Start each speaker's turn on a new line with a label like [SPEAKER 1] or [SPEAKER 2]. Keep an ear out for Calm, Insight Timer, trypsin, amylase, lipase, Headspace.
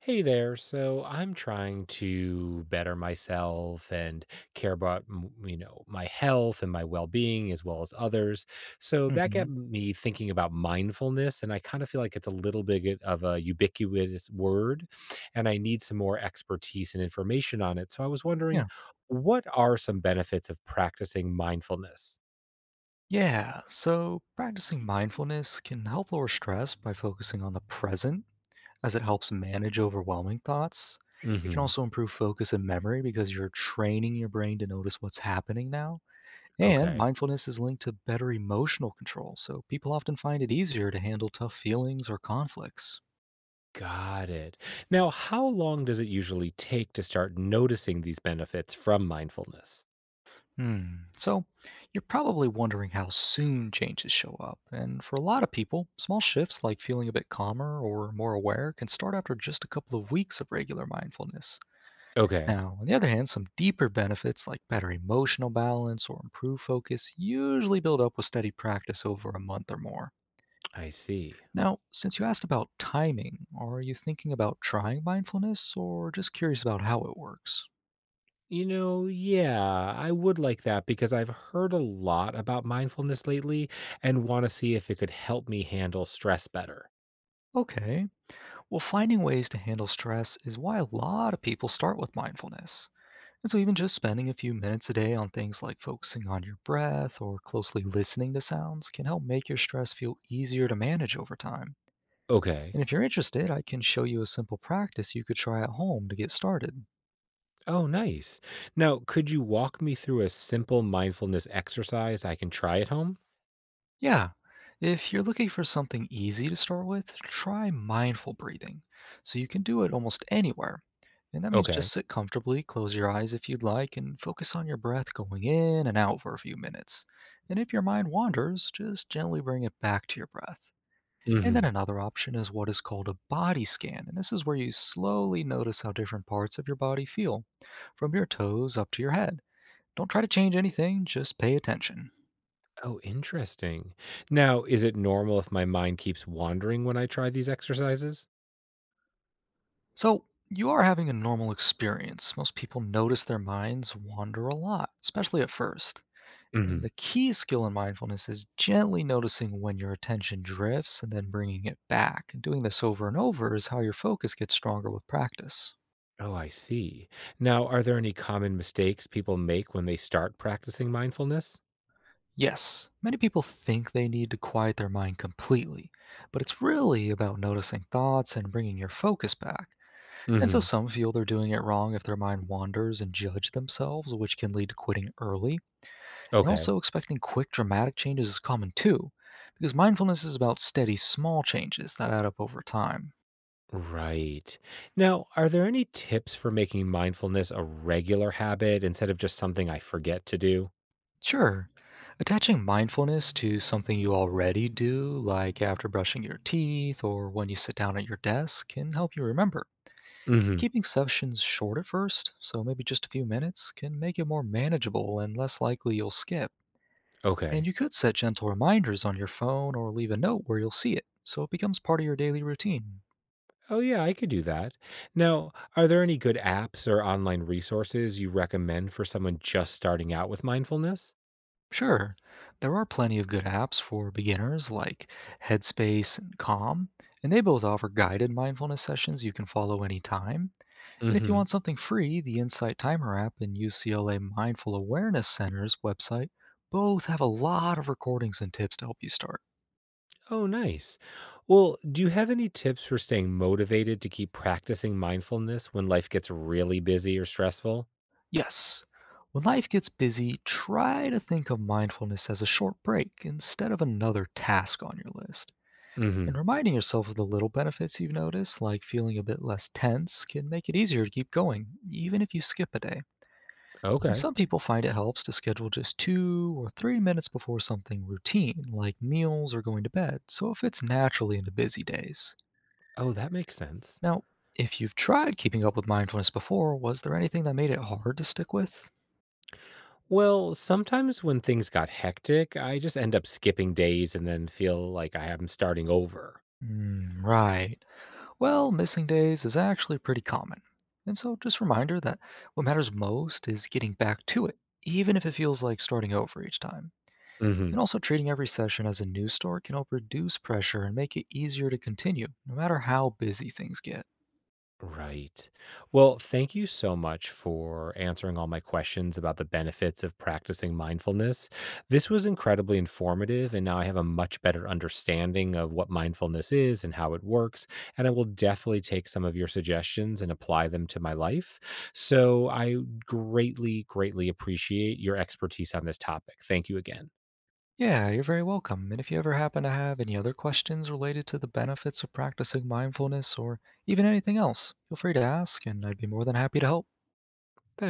[SPEAKER 1] Hey there. So I'm trying to better myself and care about my health and my well-being as well as others. So that got
[SPEAKER 2] Hmm.
[SPEAKER 1] me thinking about mindfulness, and I kind of feel like it's a little bit of a ubiquitous word, and I need some more expertise and information on it. So I was
[SPEAKER 2] Yeah.
[SPEAKER 1] wondering, what are some benefits of practicing mindfulness?
[SPEAKER 2] Yeah. So practicing mindfulness can help lower stress by focusing on the present as it helps manage overwhelming thoughts. It can
[SPEAKER 1] Hmm.
[SPEAKER 2] also improve focus and memory because you're training your brain to notice what's happening now. And
[SPEAKER 1] Okay.
[SPEAKER 2] mindfulness is linked to better emotional control, so people often find it easier to handle tough feelings or conflicts.
[SPEAKER 1] Got it. Now, how long does it usually take to start noticing these benefits from mindfulness?
[SPEAKER 2] Hmm. So, you're probably wondering how soon changes show up. And for a lot of people, small shifts like feeling a bit calmer or more aware can start after just a couple of weeks of regular mindfulness.
[SPEAKER 1] Okay,
[SPEAKER 2] Now, on the other hand, some deeper benefits like better emotional balance or improved focus usually build up with steady practice over a month or more.
[SPEAKER 1] I see.
[SPEAKER 2] Now, since you asked about timing, are you thinking about trying mindfulness or just curious about how it works?
[SPEAKER 1] Yeah, I would like that because I've heard a lot about mindfulness lately and want to see if it could help me handle stress better.
[SPEAKER 2] Okay. Well, finding ways to handle stress is why a lot of people start with mindfulness. And so, even just spending a few minutes a day on things like focusing on your breath or closely listening to sounds can help make your stress feel easier to manage over time.
[SPEAKER 1] Okay.
[SPEAKER 2] And if you're interested, I can show you a simple practice you could try at home to get started.
[SPEAKER 1] Oh, nice. Now, could you walk me through a simple mindfulness exercise I can try at home?
[SPEAKER 2] Yeah, if you're looking for something easy to start with, try mindful breathing. So, you can do it almost anywhere. And that means
[SPEAKER 1] Okay.
[SPEAKER 2] just sit comfortably, close your eyes if you'd like, and focus on your breath going in and out for a few minutes. And if your mind wanders, just gently bring it back to your breath. And then another option is what is called a body scan. And this is where you slowly notice how different parts of your body feel, from your toes up to your head. Don't try to change anything, just pay attention.
[SPEAKER 1] Oh, interesting. Now, is it normal if my mind keeps wandering when I try these exercises?
[SPEAKER 2] So, you are having a normal experience. Most people notice their minds wander a lot, especially at first. And
[SPEAKER 1] Hmm.
[SPEAKER 2] the key skill in mindfulness is gently noticing when your attention drifts and then bringing it back. And doing this over and over is how your focus gets stronger with practice.
[SPEAKER 1] Oh, I see. Now, are there any common mistakes people make when they start practicing mindfulness?
[SPEAKER 2] Yes, many people think they need to quiet their mind completely, but it's really about noticing thoughts and bringing your focus back. And so
[SPEAKER 1] Hmm.
[SPEAKER 2] some feel they're doing it wrong if their mind wanders and judge themselves, which can lead to quitting early. And
[SPEAKER 1] Okay.
[SPEAKER 2] also expecting quick, dramatic changes is common too, because mindfulness is about steady, small changes that add up over time.
[SPEAKER 1] Right. Now, are there any tips for making mindfulness a regular habit instead of just something I forget to do?
[SPEAKER 2] Sure. Attaching mindfulness to something you already do, like after brushing your teeth or when you sit down at your desk, can help you remember.
[SPEAKER 1] Hmm.
[SPEAKER 2] Keeping sessions short at first, so maybe just a few minutes, can make it more manageable and less likely you'll skip. And
[SPEAKER 1] Okay.
[SPEAKER 2] you could set gentle reminders on your phone or leave a note where you'll see it, so it becomes part of your daily routine.
[SPEAKER 1] Oh, yeah, I could do that. Now, are there any good apps or online resources you recommend for someone just starting out with mindfulness?
[SPEAKER 2] Sure, there are plenty of good apps for beginners like Headspace and Calm, and they both offer guided mindfulness sessions you can follow anytime. And if you
[SPEAKER 1] Hmm.
[SPEAKER 2] want something free, the Insight Timer app and UCLA Mindful Awareness Center's website both have a lot of recordings and tips to help you start.
[SPEAKER 1] Oh, nice. Well, do you have any tips for staying motivated to keep practicing mindfulness when life gets really busy or stressful?
[SPEAKER 2] Yes, when life gets busy, try to think of mindfulness as a short break instead of another task on your list. And
[SPEAKER 1] Hmm.
[SPEAKER 2] reminding yourself of the little benefits you've noticed, like feeling a bit less tense, can make it easier to keep going, even if you skip a day. And
[SPEAKER 1] Okay.
[SPEAKER 2] some people find it helps to schedule just 2 or 3 minutes before something routine, like meals or going to bed, so it fits naturally into busy days.
[SPEAKER 1] Oh, that makes sense.
[SPEAKER 2] Now, if you've tried keeping up with mindfulness before, was there anything that made it hard to stick with?
[SPEAKER 1] Well, sometimes when things got hectic, I just end up skipping days and then feel like I am starting over.
[SPEAKER 2] Mm, right. Well, missing days is actually pretty common. And so, just reminder that what matters most is getting back to it, even if it feels like starting over each time. And also, treating every session as a news story can help reduce pressure and make it easier to continue, no matter how busy things get.
[SPEAKER 1] Right. Well, thank you so much for answering all my questions about the benefits of practicing mindfulness. This was incredibly informative, and now I have a much better understanding of what mindfulness is and how it works. And I will definitely take some of your suggestions and apply them to my life. So I greatly, greatly appreciate your expertise on this topic. Thank you again.
[SPEAKER 2] Yeah, you're very welcome. And if you ever happen to have any other questions related to the benefits of practicing mindfulness or even anything else, feel free to ask, and I'd be more than happy to help.